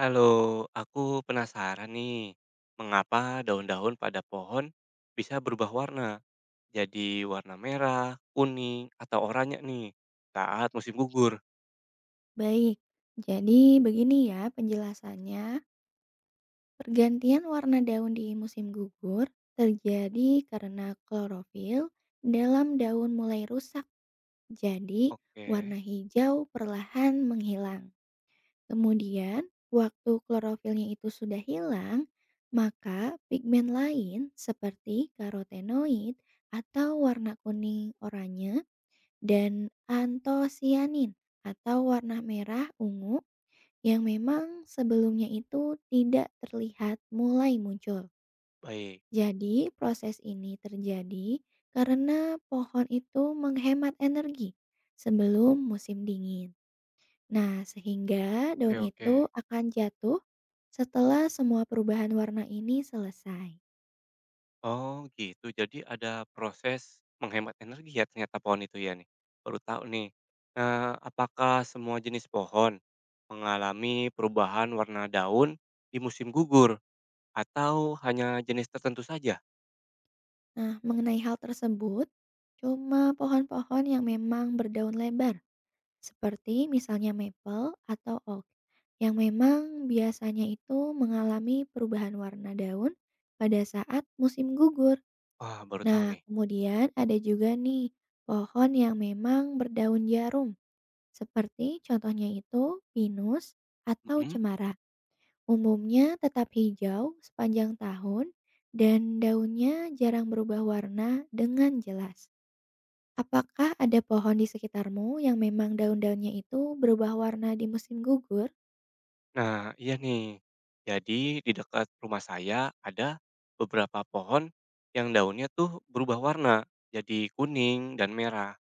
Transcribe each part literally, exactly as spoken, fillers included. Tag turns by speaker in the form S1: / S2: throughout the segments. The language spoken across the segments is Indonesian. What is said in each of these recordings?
S1: Halo, aku penasaran nih, mengapa daun-daun pada pohon bisa berubah warna? Jadi warna merah, kuning, atau oranye nih saat musim gugur.
S2: Baik, jadi begini ya penjelasannya. Pergantian warna daun di musim gugur terjadi karena klorofil dalam daun mulai rusak. Jadi,
S1: Oke,
S2: warna hijau perlahan menghilang. Kemudian, waktu klorofilnya itu sudah hilang, maka pigmen lain seperti karotenoid atau warna kuning oranye dan antosianin atau warna merah ungu yang memang sebelumnya itu tidak terlihat mulai muncul.
S1: baik.
S2: Jadi, proses ini terjadi karena pohon itu menghemat energi sebelum musim dingin. Nah, sehingga
S1: Oke,
S2: daun
S1: oke.
S2: itu akan jatuh setelah semua perubahan warna ini selesai.
S1: Oh, gitu. Jadi ada proses menghemat energi ya ternyata pohon itu ya nih. Baru tahu nih. Nah, apakah semua jenis pohon mengalami perubahan warna daun di musim gugur atau hanya jenis tertentu saja?
S2: Nah, mengenai hal tersebut, cuma pohon-pohon yang memang berdaun lebar seperti misalnya maple atau oak, yang memang biasanya itu mengalami perubahan warna daun pada saat musim gugur.
S1: Wah, baru tahu
S2: Nah,
S1: nih.
S2: kemudian ada juga nih pohon yang memang berdaun jarum, seperti contohnya itu pinus atau
S1: Mhm.
S2: cemara. Umumnya tetap hijau sepanjang tahun dan daunnya jarang berubah warna dengan jelas. Apakah ada pohon di sekitarmu yang memang daun-daunnya itu berubah warna di musim gugur?
S1: Nah, iya nih. Jadi di dekat rumah saya ada beberapa pohon yang daunnya tuh berubah warna, jadi kuning dan merah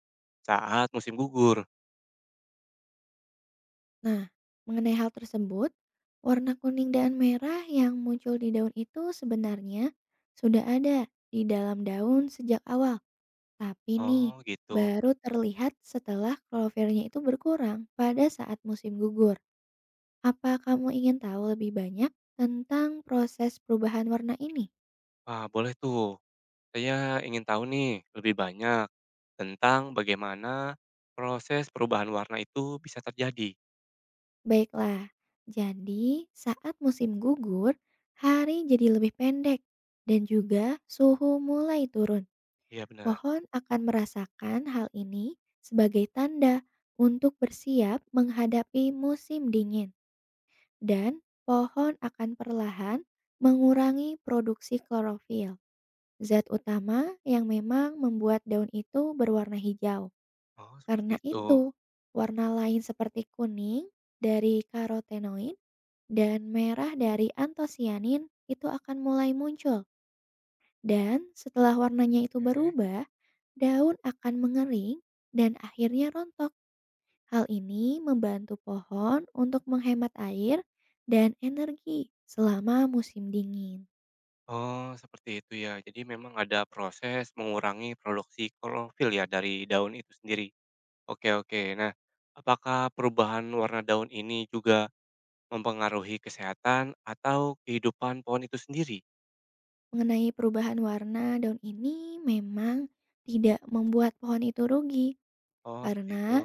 S1: saat musim gugur.
S2: Nah, mengenai hal tersebut, warna kuning dan merah yang muncul di daun itu sebenarnya sudah ada di dalam daun sejak awal. Tapi nih,
S1: Oh, gitu.
S2: baru terlihat setelah klorofilnya itu berkurang pada saat musim gugur. Apa kamu ingin tahu lebih banyak tentang proses perubahan warna ini?
S1: Wah, boleh tuh. Saya ingin tahu nih lebih banyak tentang bagaimana proses perubahan warna itu bisa terjadi.
S2: Baiklah, jadi saat musim gugur, hari jadi lebih pendek dan juga suhu mulai turun.
S1: Iya, benar.
S2: Pohon akan merasakan hal ini sebagai tanda untuk bersiap menghadapi musim dingin dan pohon akan perlahan mengurangi produksi klorofil, zat utama yang memang membuat daun itu berwarna hijau.
S1: Oh, seperti
S2: Karena
S1: itu.
S2: itu, warna lain seperti kuning dari karotenoid dan merah dari antosianin itu akan mulai muncul. Dan setelah warnanya itu
S1: Oke.
S2: berubah, daun akan mengering dan akhirnya rontok. Hal ini membantu pohon untuk menghemat air dan energi selama musim dingin.
S1: Oh, seperti itu ya. Jadi memang ada proses mengurangi produksi klorofil ya dari daun itu sendiri. Oke, oke. Nah, apakah perubahan warna daun ini juga mempengaruhi kesehatan atau kehidupan pohon itu sendiri?
S2: Mengenai perubahan warna daun ini memang tidak membuat pohon itu rugi
S1: Oh, seperti
S2: karena
S1: itu.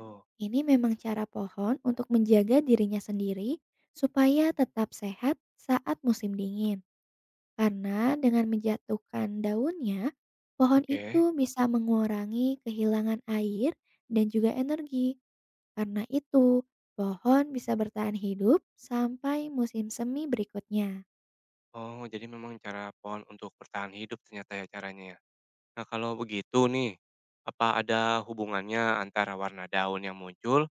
S2: ini memang cara pohon untuk menjaga dirinya sendiri supaya tetap sehat saat musim dingin. Karena dengan menjatuhkan daunnya, pohon
S1: Oke.
S2: itu bisa mengurangi kehilangan air dan juga energi. Karena itu, pohon bisa bertahan hidup sampai musim semi berikutnya.
S1: Oh, jadi memang cara pohon untuk bertahan hidup ternyata ya caranya ya. Nah, kalau begitu nih, apa ada hubungannya antara warna daun yang muncul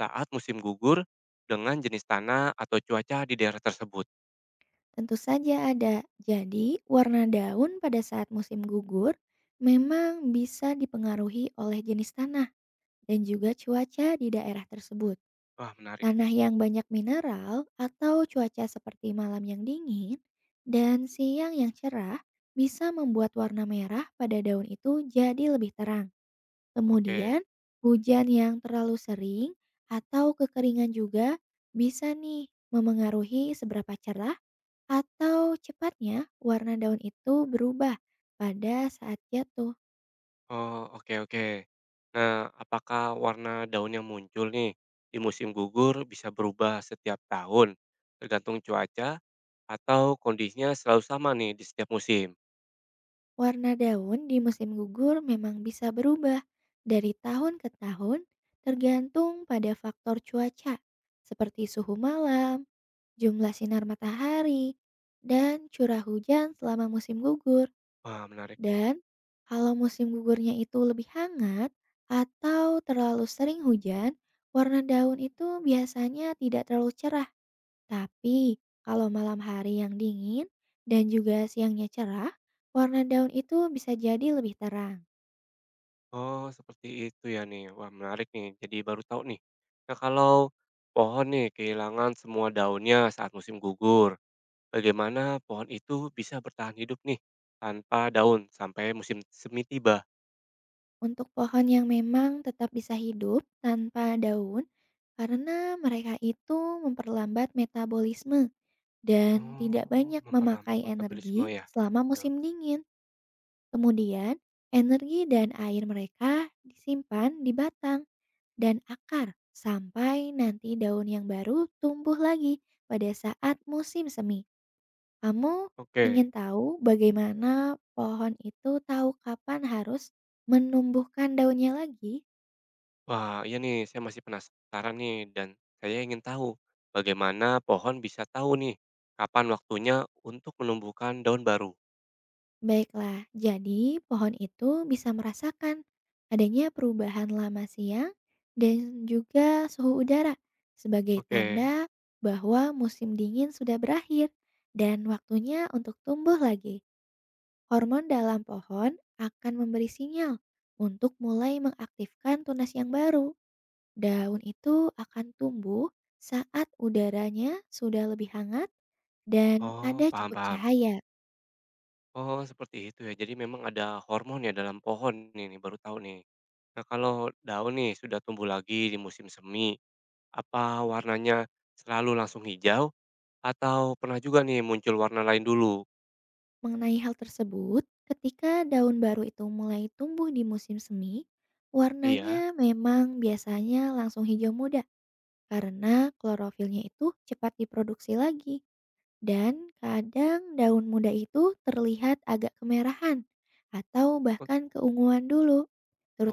S1: saat musim gugur dengan jenis tanah atau cuaca di daerah tersebut?
S2: Tentu saja ada. Jadi, warna daun pada saat musim gugur memang bisa dipengaruhi oleh jenis tanah dan juga cuaca di daerah tersebut.
S1: Wah, menarik nih.
S2: Tanah yang banyak mineral atau cuaca seperti malam yang dingin dan siang yang cerah bisa membuat warna merah pada daun itu jadi lebih terang. Kemudian,
S1: Oke.
S2: hujan yang terlalu sering atau kekeringan juga bisa nih memengaruhi seberapa cerah atau cepatnya warna daun itu berubah pada saat jatuh.
S1: Oh, oke, oke. Nah, apakah warna daun yang muncul nih di musim gugur bisa berubah setiap tahun, tergantung cuaca atau kondisinya selalu sama nih di setiap musim?
S2: Warna daun di musim gugur memang bisa berubah dari tahun ke tahun tergantung pada faktor cuaca seperti suhu malam, jumlah sinar matahari, dan curah hujan selama musim gugur.
S1: Wah, menarik nih.
S2: Dan kalau musim gugurnya itu lebih hangat atau terlalu sering hujan, warna daun itu biasanya tidak terlalu cerah. Tapi, kalau malam hari yang dingin dan juga siangnya cerah, warna daun itu bisa jadi lebih terang.
S1: Oh, seperti itu ya nih. Wah, menarik nih. Jadi baru tahu nih. Nah, kalau pohon nih kehilangan semua daunnya saat musim gugur, bagaimana pohon itu bisa bertahan hidup nih tanpa daun sampai musim semi tiba?
S2: Untuk pohon yang memang tetap bisa hidup tanpa daun, karena mereka itu memperlambat metabolisme dan tidak
S1: Oh,
S2: banyak
S1: memperlambat
S2: memakai
S1: metabolisme
S2: energi
S1: ya?
S2: selama
S1: Ya,
S2: musim dingin. Kemudian, energi dan air mereka disimpan di batang dan akar sampai nanti daun yang baru tumbuh lagi pada saat musim semi. Kamu
S1: oke.
S2: ingin tahu bagaimana pohon itu tahu kapan harus menumbuhkan daunnya lagi?
S1: Wah, iya nih saya masih penasaran nih dan saya ingin tahu bagaimana pohon bisa tahu nih kapan waktunya untuk menumbuhkan daun baru.
S2: Baiklah, jadi pohon itu bisa merasakan adanya perubahan lama siang dan juga suhu udara sebagai
S1: Oke.
S2: tanda bahwa musim dingin sudah berakhir dan waktunya untuk tumbuh lagi. Hormon dalam pohon akan memberi sinyal untuk mulai mengaktifkan tunas yang baru. Daun itu akan tumbuh saat udaranya sudah lebih hangat dan
S1: Oh,
S2: ada
S1: paham,
S2: cukup
S1: paham.
S2: cahaya.
S1: Oh, seperti itu ya. Jadi memang ada hormon ya dalam pohon nih, nih, baru tahu nih. Nah, kalau daun nih sudah tumbuh lagi di musim semi, apa warnanya selalu langsung hijau atau pernah juga nih muncul warna lain dulu?
S2: Mengenai hal tersebut, ketika daun baru itu mulai tumbuh di musim semi, warnanya
S1: Iya.
S2: memang biasanya langsung hijau muda karena klorofilnya itu cepat diproduksi lagi. Dan kadang daun muda itu terlihat agak kemerahan atau bahkan keunguan dulu,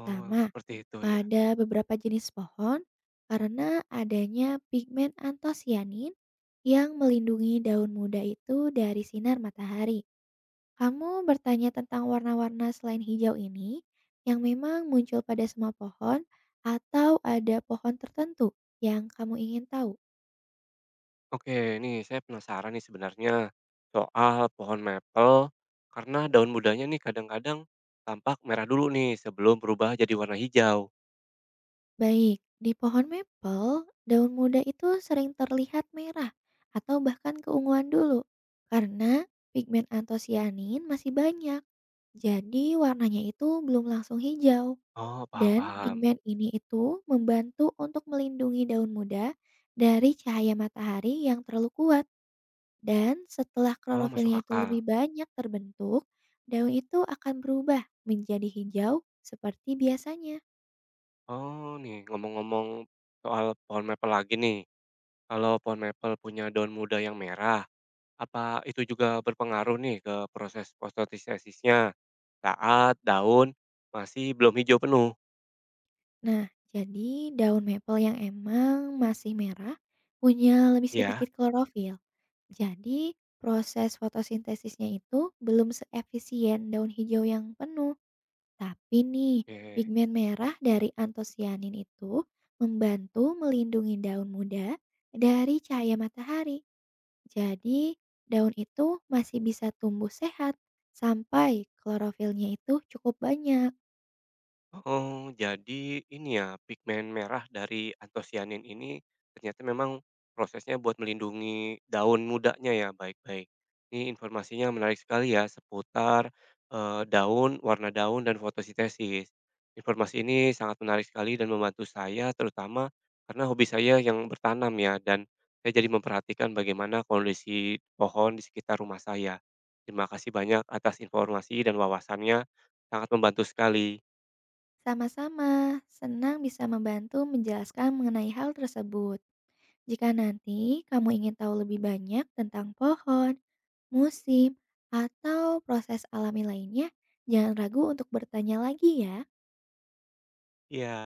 S1: Oh, seperti itu ya.
S2: pada beberapa jenis pohon karena adanya pigmen antosianin yang melindungi daun muda itu dari sinar matahari. Kamu bertanya tentang warna-warna selain hijau ini yang memang muncul pada semua pohon atau ada pohon tertentu yang kamu ingin tahu.
S1: Oke, ini saya penasaran nih sebenarnya soal pohon maple karena daun mudanya nih kadang-kadang tampak merah dulu nih sebelum berubah jadi warna hijau.
S2: Baik, di pohon maple, daun muda itu sering terlihat merah atau bahkan keunguan dulu karena pigmen antosianin masih banyak. Jadi warnanya itu belum langsung hijau
S1: Oh, mhm,
S2: dan
S1: paham-paham.
S2: pigmen ini itu membantu untuk melindungi daun muda dari cahaya matahari yang terlalu kuat dan setelah
S1: Oh, masuk
S2: klorofilnya itu
S1: akal.
S2: lebih banyak terbentuk, daun itu akan berubah menjadi hijau seperti biasanya.
S1: Oh, nih, ngomong-ngomong soal pohon maple lagi nih. Kalau pohon maple punya daun muda yang merah, apa itu juga berpengaruh nih ke proses fotosintesisnya saat daun masih belum hijau penuh?
S2: Nah, jadi daun maple yang emang masih merah punya lebih
S1: Ya.
S2: sedikit klorofil. Jadi proses fotosintesisnya itu belum seefisien daun hijau yang penuh. Tapi nih,
S1: Oke.
S2: pigmen merah dari antosianin itu membantu melindungi daun muda dari cahaya matahari. Jadi, daun itu masih bisa tumbuh sehat sampai klorofilnya itu cukup banyak.
S1: Oh, jadi ini ya, pigmen merah dari antosianin ini ternyata memang prosesnya buat melindungi daun mudanya ya, baik-baik. Ini informasinya menarik sekali ya seputar eh, daun, warna daun, dan fotosintesis. Informasi ini sangat menarik sekali dan membantu saya terutama karena hobi saya yang bertanam ya dan saya jadi memperhatikan bagaimana kondisi pohon di sekitar rumah saya. Terima kasih banyak atas informasi dan wawasannya, sangat membantu sekali.
S2: Sama-sama, senang bisa membantu menjelaskan mengenai hal tersebut. Jika nanti kamu ingin tahu lebih banyak tentang pohon, musim, atau proses alami lainnya, jangan ragu untuk bertanya lagi ya.
S1: Iya.